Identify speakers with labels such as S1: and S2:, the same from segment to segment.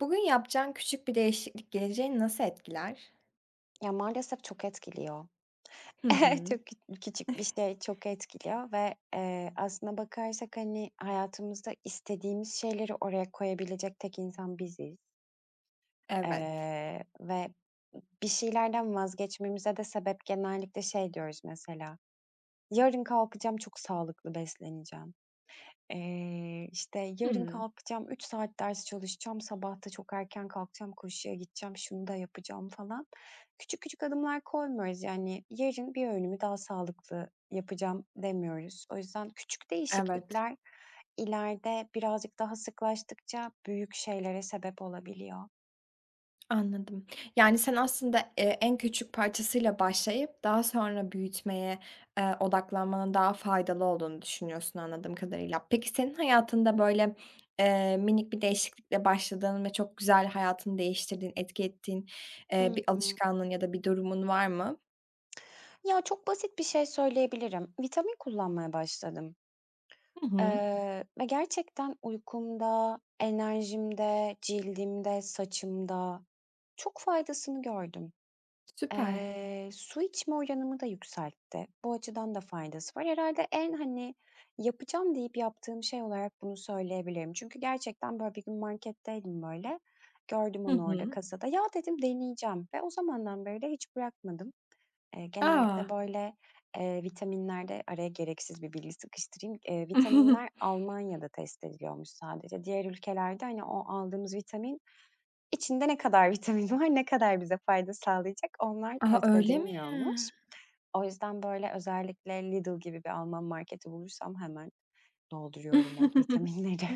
S1: Bugün yapacağın küçük bir değişiklik geleceğini nasıl etkiler?
S2: Ya, maalesef çok etkiliyor.
S1: Hı hı.
S2: Çok küçük bir şey çok etkiliyor ve, aslına bakarsak, hani, hayatımızda istediğimiz şeyleri oraya koyabilecek tek insan biziz,
S1: Evet.
S2: ve bir şeylerden vazgeçmemize de sebep genellikle şey diyoruz mesela, "Yarın kalkacağım, çok sağlıklı besleneceğim." İşte, yarın
S1: Hımm.
S2: kalkacağım, 3 saat ders çalışacağım, sabah da çok erken kalkacağım, koşuya gideceğim, şunu da yapacağım falan. Küçük küçük adımlar koymuyoruz. Yani, yarın bir öğünümü daha sağlıklı yapacağım demiyoruz. O yüzden küçük
S1: Evet,
S2: değişiklikler ileride birazcık daha sıklaştıkça büyük şeylere sebep olabiliyor.
S1: anladım. Yani, sen aslında, en küçük parçasıyla başlayıp daha sonra büyütmeye, odaklanmanın daha faydalı olduğunu düşünüyorsun anladığım kadarıyla. Peki senin hayatında, böyle, minik bir değişiklikle başladığın ve çok güzel hayatını değiştirdiğin, etki ettiğin,
S2: I
S1: bir
S2: hı.
S1: alışkanlığın ya da bir durumun var mı?
S2: Ya, çok basit bir şey söyleyebilirim. Vitamin kullanmaya başladım.
S1: Hı hı.
S2: Ve gerçekten uykumda, enerjimde, cildimde, saçımda çok faydasını gördüm.
S1: Süper.
S2: Su içme oranımı da yükseltti. Bu açıdan da faydası var. Herhalde en, hani, yapacağım deyip yaptığım şey olarak bunu söyleyebilirim. Çünkü gerçekten, böyle, bir gün marketteydim, böyle, gördüm
S1: Hı
S2: onu orada
S1: hı.
S2: kasada. "Ya," dedim, "deneyeceğim." ve o zamandan beri de hiç bırakmadım.
S1: A!
S2: Genellikle,
S1: A,
S2: böyle, vitaminlerde araya gereksiz bir bilgi sıkıştırayım. Vitaminler Almanya'da test ediliyormuş sadece. Diğer ülkelerde, hani, o aldığımız vitamin içinde ne kadar vitamin var, ne kadar bize fayda sağlayacak onlar test
S1: öyle mi?
S2: edilmiyormuş. O yüzden, böyle, özellikle Lidl gibi bir Alman marketi bulursam hemen dolduruyorum o vitaminleri.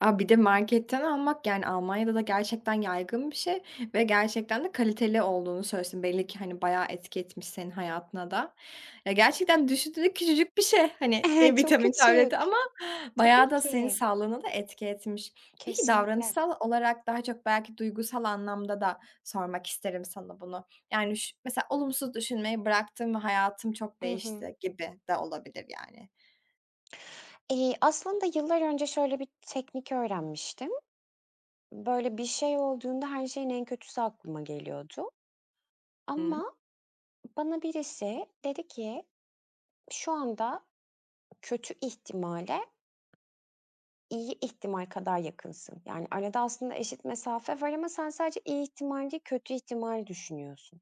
S1: A, bir de marketten almak, yani, Almanya'da da gerçekten yaygın bir şey ve gerçekten de kaliteli olduğunu söylüyorsun. Belli ki, hani, bayağı etki etmiş senin hayatına da. Ya, gerçekten düşündüğünde küçücük bir şey, hani,
S2: Çok
S1: vitamin tableti
S2: küçük.
S1: ama
S2: Tabii
S1: bayağı da senin
S2: ki.
S1: sağlığına da etki etmiş. Peki,
S2: Kesinlikle.
S1: davranışsal olarak daha çok belki duygusal anlamda da sormak isterim sana bunu. Yani, mesela olumsuz düşünmeyi bıraktım ve hayatım çok
S2: Hı hı.
S1: değişti gibi de olabilir, yani.
S2: Aslında yıllar önce şöyle bir teknik öğrenmiştim. Böyle bir şey olduğunda her şeyin en kötüsü aklıma geliyordu
S1: Hı.
S2: ama bana birisi dedi ki, "Şu anda kötü ihtimale iyi ihtimal kadar yakınsın." Yani arada aslında eşit mesafe var ama sen sadece iyi ihtimal değil, kötü ihtimal düşünüyorsun.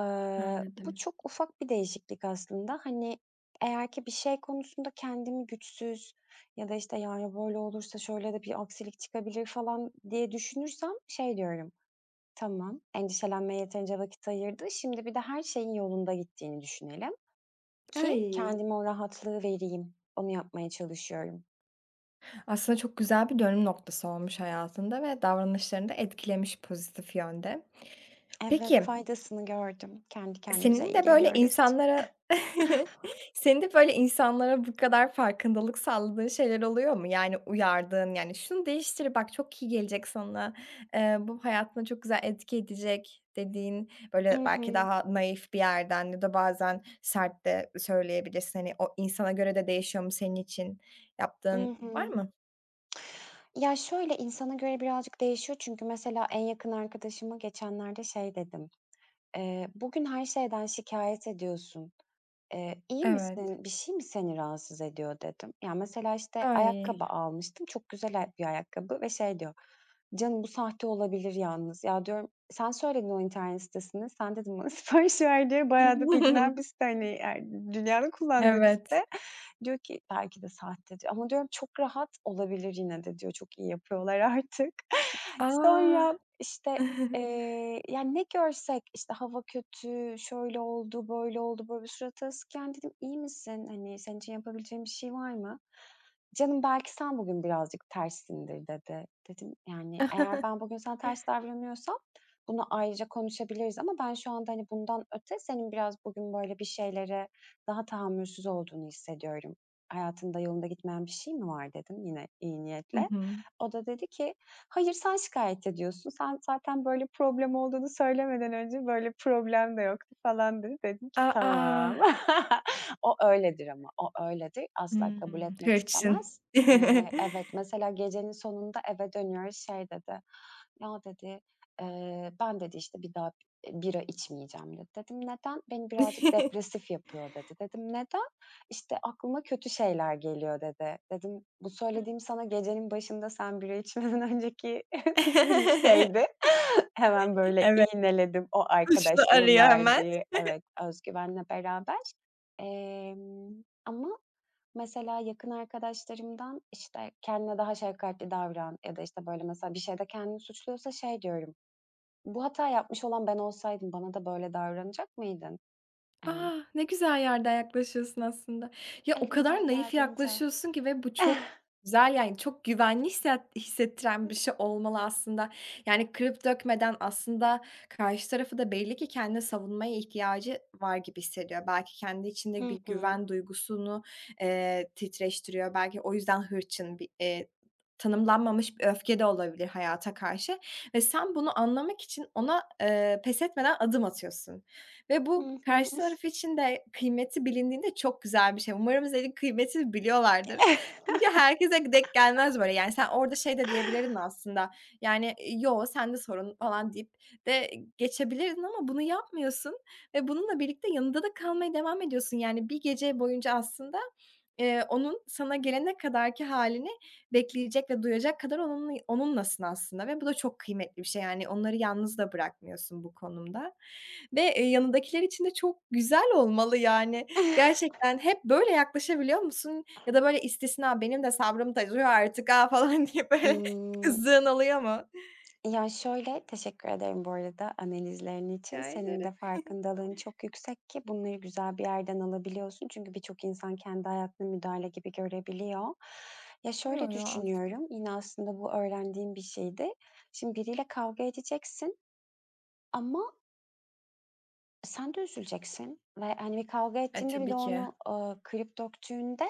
S2: Bu
S1: Anladım.
S2: çok ufak bir değişiklik aslında. Hani, eğer ki bir şey konusunda kendimi güçsüz ya da, işte, "Yani, böyle olursa şöyle de bir aksilik çıkabilir." falan diye düşünürsem şey diyorum, "Tamam, endişelenmeye yeterince vakit ayırdı. Şimdi bir de her şeyin yolunda gittiğini düşünelim ki
S1: Ay!
S2: kendime o rahatlığı vereyim." Onu yapmaya çalışıyorum.
S1: Aslında çok güzel bir dönüm noktası olmuş hayatında ve davranışlarını da etkilemiş pozitif yönde.
S2: Evet,
S1: Peki,
S2: faydasını gördüm. Kendi kendimize
S1: senin
S2: iyi
S1: de böyle
S2: geliyoruz.
S1: insanlara senin de böyle insanlara bu kadar farkındalık sağladığın şeyler oluyor mu? Yani uyardığın, yani, "Şunu değiştir bak, çok iyi gelecek sana, bu hayatına çok güzel etki edecek." dediğin,
S2: I
S1: böyle, belki
S2: hı,
S1: daha naif bir yerden ya da bazen sert de söyleyebilirsin. Hani, o insana göre de değişiyor mu senin için? Yaptığın
S2: I
S1: var
S2: hı.
S1: mı?
S2: ya, şöyle, insana göre birazcık değişiyor çünkü mesela en yakın arkadaşıma geçenlerde şey dedim, "Bugün her şeyden şikayet ediyorsun. İyi
S1: Evet.
S2: misin? Bir şey mi seni rahatsız ediyor?" dedim. Ya, mesela, işte,
S1: Ay.
S2: ayakkabı almıştım. Çok güzel ay bir ayakkabı ve şey diyor, "Canım bu sahte olabilir yalnız." Ya, diyorum, "Sen söyledin o internet sitesini. Sen" dedim, "bana sipariş ver" diye. Bayağı da bilinen bir site, hani, dünyanın kullandığı bir
S1: Evet.
S2: site. Diyor ki, "Belki de sahte." diyor. Ama diyorum, "Çok rahat olabilir yine de." diyor. "Çok iyi yapıyorlar artık."
S1: A!
S2: Sonra, işte, yani, ne görsek, işte, hava kötü, şöyle oldu, böyle oldu, böyle suratı asıkken dedim, iyi misin? Hani, senin için yapabileceğim bir şey var mı?" "Canım, belki sen bugün birazcık tersindir." dedi. Dedim, "Yani, eğer ben bugün sana ters davranıyorsam bunu ayrıca konuşabiliriz ama ben şu anda, hani, bundan öte senin biraz bugün böyle bir şeylere daha tahammülsüz olduğunu hissediyorum. Hayatında yolunda gitmeyen bir şey mi var?" dedim yine iyi
S1: Hı
S2: niyetle.
S1: hı.
S2: O da dedi ki, "Hayır, sen şikâyet ediyorsun. Sen zaten böyle problem olduğunu söylemeden önce böyle problem de yoktu." falan dedi. Dedim ki,
S1: A!
S2: "Tamam." O öyledir ama, o öyledir. Asla kabul
S1: Hımm.
S2: etmek
S1: Hırçın.
S2: istemez. Evet, mesela gecenin sonunda eve dönüyoruz, şey dedi, "Ya" dedi, "Ben" dedi, "işte, bir daha bira içmeyeceğim." dedi. Dedim, "Neden?" "Beni birazcık depresif yapıyor." dedi. Dedim, "Neden?" İşte, "Aklıma kötü şeyler geliyor." dedi. Dedim, "Bu söylediğim sana gecenin başında sen bira içmeden önceki şeydi." Hemen böyle
S1: Evet,
S2: iğneledim o
S1: suçlu
S2: arkadaşlığın
S1: arıyor hemen.
S2: verdiği, evet, özgüvenle beraber. Ama mesela yakın arkadaşlarımdan, işte, "Kendine daha şefkatli davran." ya da, işte, böyle, mesela bir şeyde kendini suçluyorsa şey diyorum, "Bu hata yapmış olan ben olsaydım bana da böyle davranacak mıydın?" Hani,
S1: Ah, ne güzel yerden yaklaşıyorsun aslında. Ya, o
S2: elimden
S1: kadar naif
S2: geldiğince.
S1: yaklaşıyorsun ki ve bu çok güzel, yani, çok güvenli hissettiren bir şey olmalı aslında. Yani, kırıp dökmeden aslında karşı tarafı da belli ki kendini savunmaya ihtiyacı var gibi hissediyor. Belki kendi içinde bir
S2: Hı hı.
S1: güven duygusunu, titreştiriyor. Belki o yüzden hırçın bir, tanımlanmamış bir öfke de olabilir hayata karşı ve sen bunu anlamak için ona, pes etmeden adım atıyorsun. Ve bu
S2: Hı hı.
S1: karşı taraf için de kıymeti bilindiğinde çok güzel bir şey. Umarım senin kıymetini biliyorlardır. Çünkü herkese denk gelmez böyle. Yani sen orada şey de diyebilirdin aslında. Yani, "Yo, sende sorun." falan deyip de geçebilirdin ama bunu yapmıyorsun ve bununla birlikte yanında da kalmaya devam ediyorsun. Yani bir gece boyunca aslında, onun sana gelene kadarki halini. Bekleyecek ve duyacak kadar onunlasın aslında ve bu da çok kıymetli bir şey. Yani onları yalnız da bırakmıyorsun bu konumda ve, yanındakiler için de çok güzel olmalı yani. Gerçekten hep böyle yaklaşabiliyor musun ya da böyle istisna, "Benim de sabrım taşıyor artık ha." falan diye böyle
S2: Imm,
S1: kızdığın oluyor mu?
S2: ya, şöyle, teşekkür ederim bu arada analizlerin için.
S1: Rica
S2: Senin
S1: ederim.
S2: de farkındalığın çok yüksek ki bunları güzel bir yerden alabiliyorsun. Çünkü birçok insan kendi hayatını müdahale gibi görebiliyor. Ya,
S1: Yo,
S2: şöyle
S1: yo, as
S2: düşünüyorum, yine aslında bu öğrendiğim bir şeydi. Şimdi biriyle kavga edeceksin ama sen de üzüleceksin ve, hani, bir kavga
S1: E,
S2: ettiğinde bir
S1: tabii
S2: de
S1: ki.
S2: onu, kırıp döktüğünde,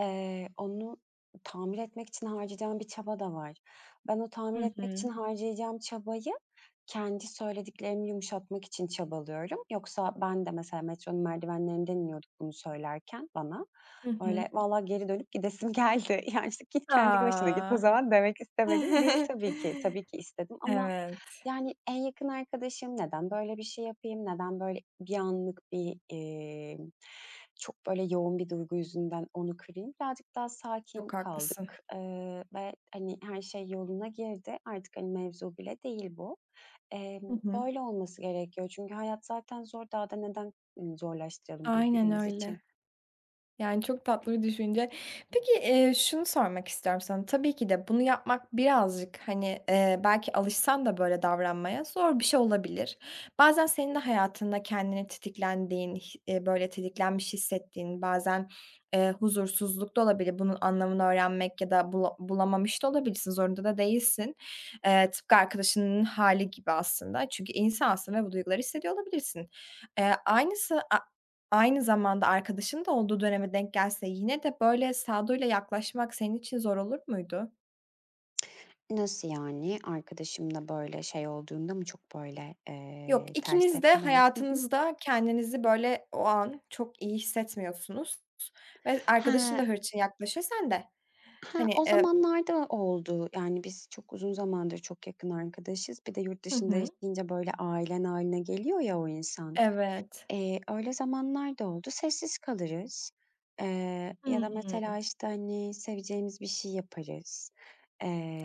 S2: onu tamir etmek için harcayacağın bir çaba da var. Ben o
S1: Hı
S2: tamir etmek için
S1: hı.
S2: harcayacağım çabayı kendi söylediklerimi yumuşatmak için çabalıyorum. Yoksa ben de mesela metronun merdivenlerinden iniyorduk bunu söylerken bana.
S1: Hı hı.
S2: Böyle, valla geri dönüp gidesim geldi. Yani, işte, "Git kendi başına git o
S1: Aa.
S2: zaman." demek istemedim değil tabii ki. Tabii ki istedim ama
S1: Evet.
S2: yani, en yakın arkadaşım, "Neden böyle bir şey yapayım, neden böyle bir anlık bir, çok böyle yoğun bir duygu yüzünden onu kırayım?" Birazcık daha sakin
S1: Çok
S2: kaldık,
S1: haklısın.
S2: ve, hani, her şey yoluna girdi. Artık, hani, mevzu bile değil bu.
S1: Hı hı.
S2: Böyle olması gerekiyor çünkü hayat zaten zor. Daha da neden, zorlaştıralım
S1: Aynen
S2: birbirimiz için?
S1: öyle. Yani, çok tatlı bir düşünce. Peki, şunu sormak istiyorum sana. Tabii ki de bunu yapmak birazcık, hani, belki alışsan da böyle davranmaya zor bir şey olabilir. Bazen senin de hayatında kendini tetiklendiğin, hi böyle tetiklenmiş hissettiğin, bazen, huzursuzluk da olabilir. Bunun anlamını öğrenmek ya da bulamamış da olabilirsin, zorunda da değilsin. Tıpkı arkadaşının hali gibi aslında. Çünkü insansın ve bu duyguları hissediyor olabilirsin. Eee, aynısı Aynı zamanda arkadaşın da olduğu döneme denk gelse yine de böyle sağduyuyla yaklaşmak senin için zor olur muydu?
S2: Nasıl yani? Arkadaşınla böyle şey olduğunda mı çok böyle,
S1: Yok,
S2: ters
S1: ikiniz de
S2: tepkide mi? Hı hı.
S1: hayatınızda kendinizi böyle o an çok iyi hissetmiyorsunuz ve
S2: He.
S1: arkadaşın da hırçın yaklaşıyor, sen de.
S2: Ha,
S1: Hani,
S2: o
S1: eee
S2: zamanlarda oldu. Yani, biz çok uzun zamandır çok yakın arkadaşız. Bir de yurt
S1: Hı
S2: dışında
S1: hı.
S2: yaşayınca, böyle, ailen hâline geliyor ya o insan.
S1: Evet.
S2: Öyle zamanlar da oldu. Sessiz kalırız, ya da mesela,
S1: Hımm.
S2: işte, hani, seveceğimiz bir şey yaparız.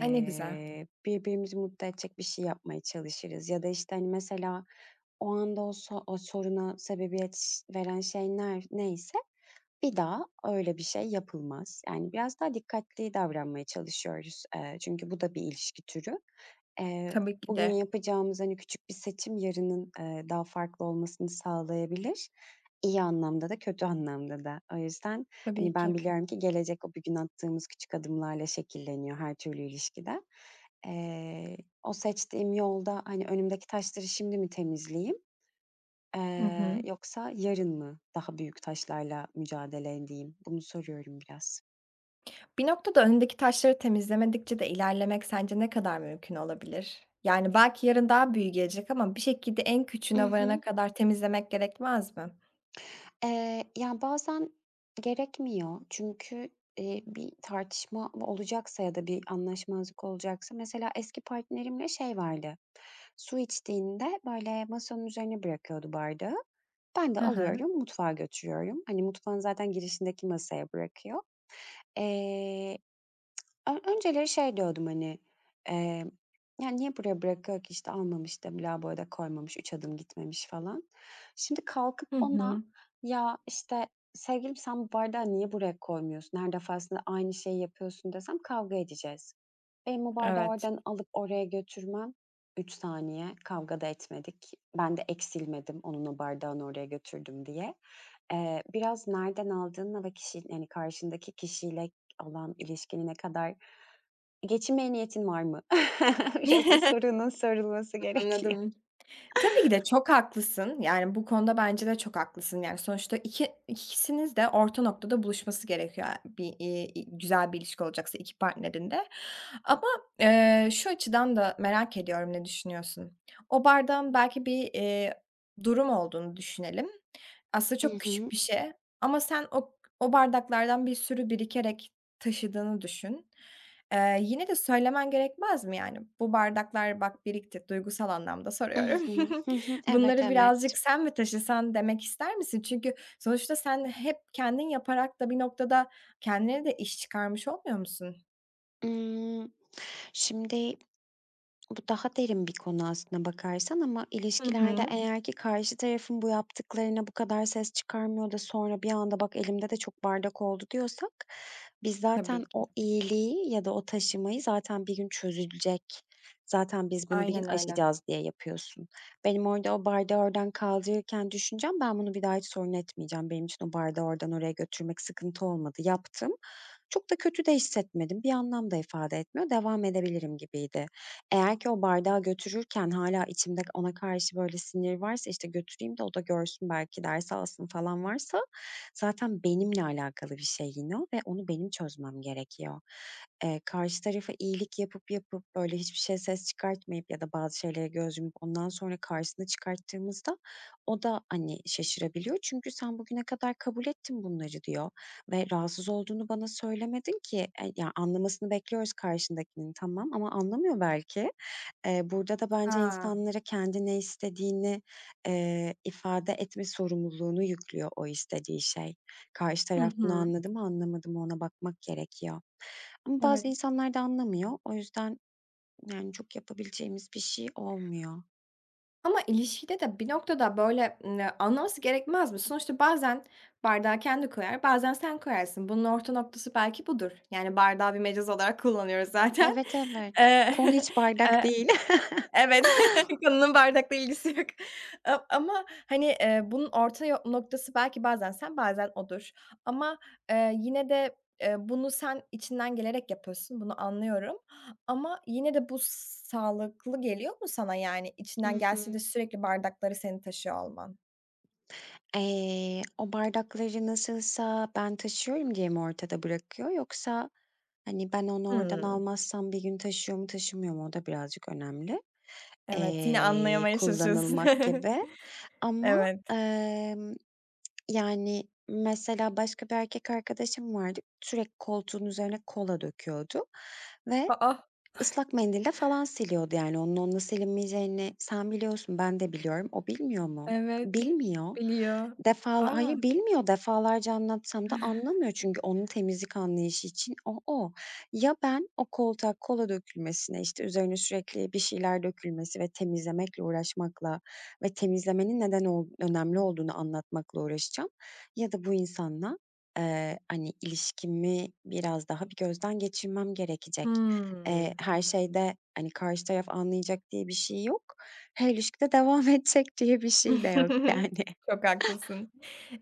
S1: Ay, ne güzel.
S2: Birbirimizi mutlu edecek bir şey yapmaya çalışırız ya da, işte, hani, mesela, o anda o soruna sebebiyet veren şey neyse bir daha öyle bir şey yapılmaz. Yani, biraz daha dikkatli davranmaya çalışıyoruz, çünkü bu da bir ilişki türü. Eee,
S1: Tabii ki
S2: Bugün
S1: de.
S2: yapacağımız, hani, küçük bir seçim yarının, daha farklı olmasını sağlayabilir. İyi anlamda da kötü anlamda da. O yüzden,
S1: Tabii
S2: hani, ben
S1: ki.
S2: biliyorum ki gelecek o bugün attığımız küçük adımlarla şekilleniyor her türlü ilişkide. Eee, O seçtiğim yolda, hani, önümdeki taşları şimdi mi temizleyeyim,
S1: Hı hı.
S2: Yoksa yarın mı daha büyük taşlarla mücadele edeyim? Bunu soruyorum biraz.
S1: Bir noktada önündeki taşları temizlemedikçe de ilerlemek sence ne kadar mümkün olabilir? Yani belki yarın daha büyük gelecek ama bir şekilde en
S2: I
S1: küçüğüne varana
S2: hı.
S1: kadar temizlemek gerekmez mi?
S2: Ya, bazen gerekmiyor çünkü, bir tartışma olacaksa ya da bir anlaşmazlık olacaksa mesela eski partnerimle şey vardı, su içtiğinde, böyle, masanın üzerine bırakıyordu bardağı. Ben de
S1: Hı hı.
S2: alıyorum, mutfağa götürüyorum. Hani, mutfağın zaten girişindeki masaya bırakıyor. Eee Ö önceleri şey diyordum, hani, emm, "Ya, niye buraya bırakıyor ki? İşte, almamış da lavaboya da koymamış, 3 adım gitmemiş." falan. Şimdi kalkıp
S1: Hı
S2: ona,
S1: hı.
S2: "Ya, işte, sevgilim sen bu bardağı niye buraya koymuyorsun? Her defasında aynı şeyi yapıyorsun." desem kavga edeceğiz. Benim o bardağı
S1: Evet.
S2: oradan alıp oraya götürmem. 3 saniye, kavga da etmedik. Ben de eksilmedim onun o bardağını oraya götürdüm diye. Biraz nereden aldığınla ve kişi yani karşındaki kişiyle olan ilişkini ne kadar geçinmeye niyetin var mı? Biraz da sorunun sorulması gerekiyor.
S1: Anladım. Tabii ki de çok haklısın. Yani, bu konuda bence de çok haklısın. Yani, sonuçta ikisiniz de orta noktada buluşması gerekiyor, yani bir, güzel bir ilişki olacaksa iki partnerin de. Ama, şu açıdan da merak ediyorum ne düşünüyorsun? O bardağın belki bir, durum olduğunu düşünelim. Aslında
S2: I
S1: çok küçük
S2: hı.
S1: bir şey ama sen o bardaklardan bir sürü birikerek taşıdığını düşün. Yine de söylemen gerekmez mi yani? "Bu bardaklar bak birikti." Duygusal anlamda soruyorum.
S2: I Evet,
S1: "Bunları
S2: evet.
S1: birazcık sen mi taşısan?" demek ister misin? Çünkü sonuçta sen hep kendin yaparak da bir noktada kendine de iş çıkarmış olmuyor musun?
S2: Imm, şimdi, bu daha derin bir konu aslına bakarsan ama
S1: Hı
S2: ilişkilerde
S1: hı.
S2: eğer ki karşı tarafın bu yaptıklarına bu kadar ses çıkarmıyor da sonra bir anda "Bak elimde de çok bardak oldu." diyorsak biz zaten
S1: Tabii ki.
S2: o iyiliği ya da o taşımayı zaten bir gün çözülecek, zaten biz bunu bir gün
S1: Aynen öyle.
S2: aşacağız diye yapıyorsun. Benim orada o bardağı oradan kaldırırken düşüncem, "Ben bunu bir daha hiç sorun etmeyeceğim. Benim için o bardağı oradan oraya götürmek sıkıntı olmadı. Yaptım." Çok da kötü de hissetmedim. Bir anlam da ifade etmiyor. Devam edebilirim gibiydi. Eğer ki o bardağı götürürken hala içimde ona karşı böyle sinir varsa, işte, götüreyim de o da görsün belki ders alsın falan varsa zaten benimle alakalı bir şey yine o ve onu benim çözmem gerekiyor. Karşı tarafa iyilik yapıp yapıp, böyle, hiçbir şey ses çıkartmayıp ya da bazı şeylere göz yumup ondan sonra karşısına çıkarttığımızda o da, hani, şaşırabiliyor. Çünkü sen bugüne kadar kabul ettin bunları diyor. Ve rahatsız olduğunu bana söylemedin ki. E, ya, anlamasını bekliyoruz karşındakinin, tamam ama anlamıyor belki. Burada da bence
S1: A!
S2: insanlara kendi ne istediğini, ifade etme sorumluluğunu yüklüyor o istediği şey. Karşı
S1: Hı
S2: taraf bunu
S1: hı.
S2: anladı mı, anlamadı mı ona bakmak gerekiyor. Ama bazı
S1: Evet.
S2: insanlar da anlamıyor. O yüzden, yani, çok yapabileceğimiz bir şey olmuyor.
S1: Ama ilişkide de bir noktada, böyle, anlaması gerekmez mi? Sonuçta bazen bardağı kendi koyar, bazen sen koyarsın. Bunun orta noktası belki budur. Yani, bardağı bir mecaz olarak kullanıyoruz zaten.
S2: Evet, evet.
S1: Eee,
S2: Konu hiç bardak
S1: eee
S2: değil.
S1: Evet, konunun bardakla ilgisi yok. A ama, hani, bunun orta noktası belki bazen sen, bazen odur. Ama, yine de, bunu sen içinden gelerek yapıyorsun, bunu anlıyorum. Ama yine de bu sağlıklı geliyor mu sana, yani, içinden gelse de
S2: I
S1: sürekli bardakları seni taşıyor olman?
S2: O bardakları nasılsa ben taşıyorum diye mi ortada bırakıyor yoksa, hani, ben onu oradan
S1: Hmm.
S2: almazsam bir gün taşıyor mu taşımıyor mu o da birazcık önemli,
S1: Evet, yine anlayamaya çalışıyorsun.
S2: kullanılmak gibi ama,
S1: Evet.
S2: yani, mesela başka bir erkek arkadaşım vardı, sürekli koltuğun üzerine kola döküyordu
S1: A,
S2: ve
S1: ah!
S2: Islak mendille falan siliyordu yani. Onun onunla silinmeyeceğini sen biliyorsun, ben de biliyorum. O bilmiyor mu?
S1: Evet,
S2: Bilmiyor.
S1: biliyor. A!
S2: Hayır, bilmiyor. Defalarca anlatsam da anlamıyor çünkü onun temizlik anlayışı için o, o. Ya ben o koltuğa kola dökülmesine, işte, üzerine sürekli bir şeyler dökülmesi ve temizlemekle uğraşmakla ve temizlemenin neden önemli olduğunu anlatmakla uğraşacağım ya da bu insanla, hani, ilişkimi biraz daha bir gözden geçirmem gerekecek.
S1: Hımm.
S2: Her şeyde, hani, karşı taraf anlayacak diye bir şey yok. Her ilişkide devam edecek diye bir şey de yok yani.
S1: Çok haklısın.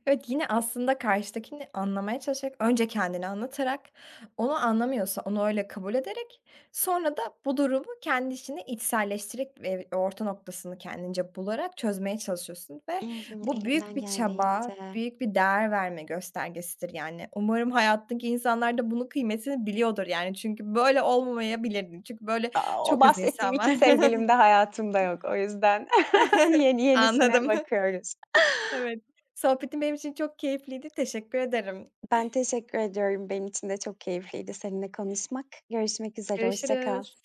S1: Evet, yine aslında karşıdakini anlamaya çalışarak, önce kendini anlatarak, onu anlamıyorsa onu öyle kabul ederek, sonra da bu durumu kendi içine içselleştirerek ve orta noktasını kendince bularak çözmeye çalışıyorsun ve
S2: I hı,
S1: bu büyük
S2: elimden
S1: bir çaba,
S2: geldiğince.
S1: büyük bir değer verme göstergesidir yani. Umarım hayattaki insanlar da bunun kıymetini biliyordur yani çünkü böyle olmamayabilirdin. Çünkü böyle
S2: A, o
S1: çok az
S2: bahsettiğim
S1: insan
S2: 2
S1: var.
S2: sevgilim de hayatımda yok. O yüzden yeni yenisine
S1: Anladım.
S2: bakıyoruz.
S1: Evet, sohbetin benim için çok keyifliydi. Teşekkür ederim.
S2: Ben teşekkür ediyorum. Benim için de çok keyifliydi seninle konuşmak. Görüşmek üzere, hoşça kal.
S1: Görüşürüz.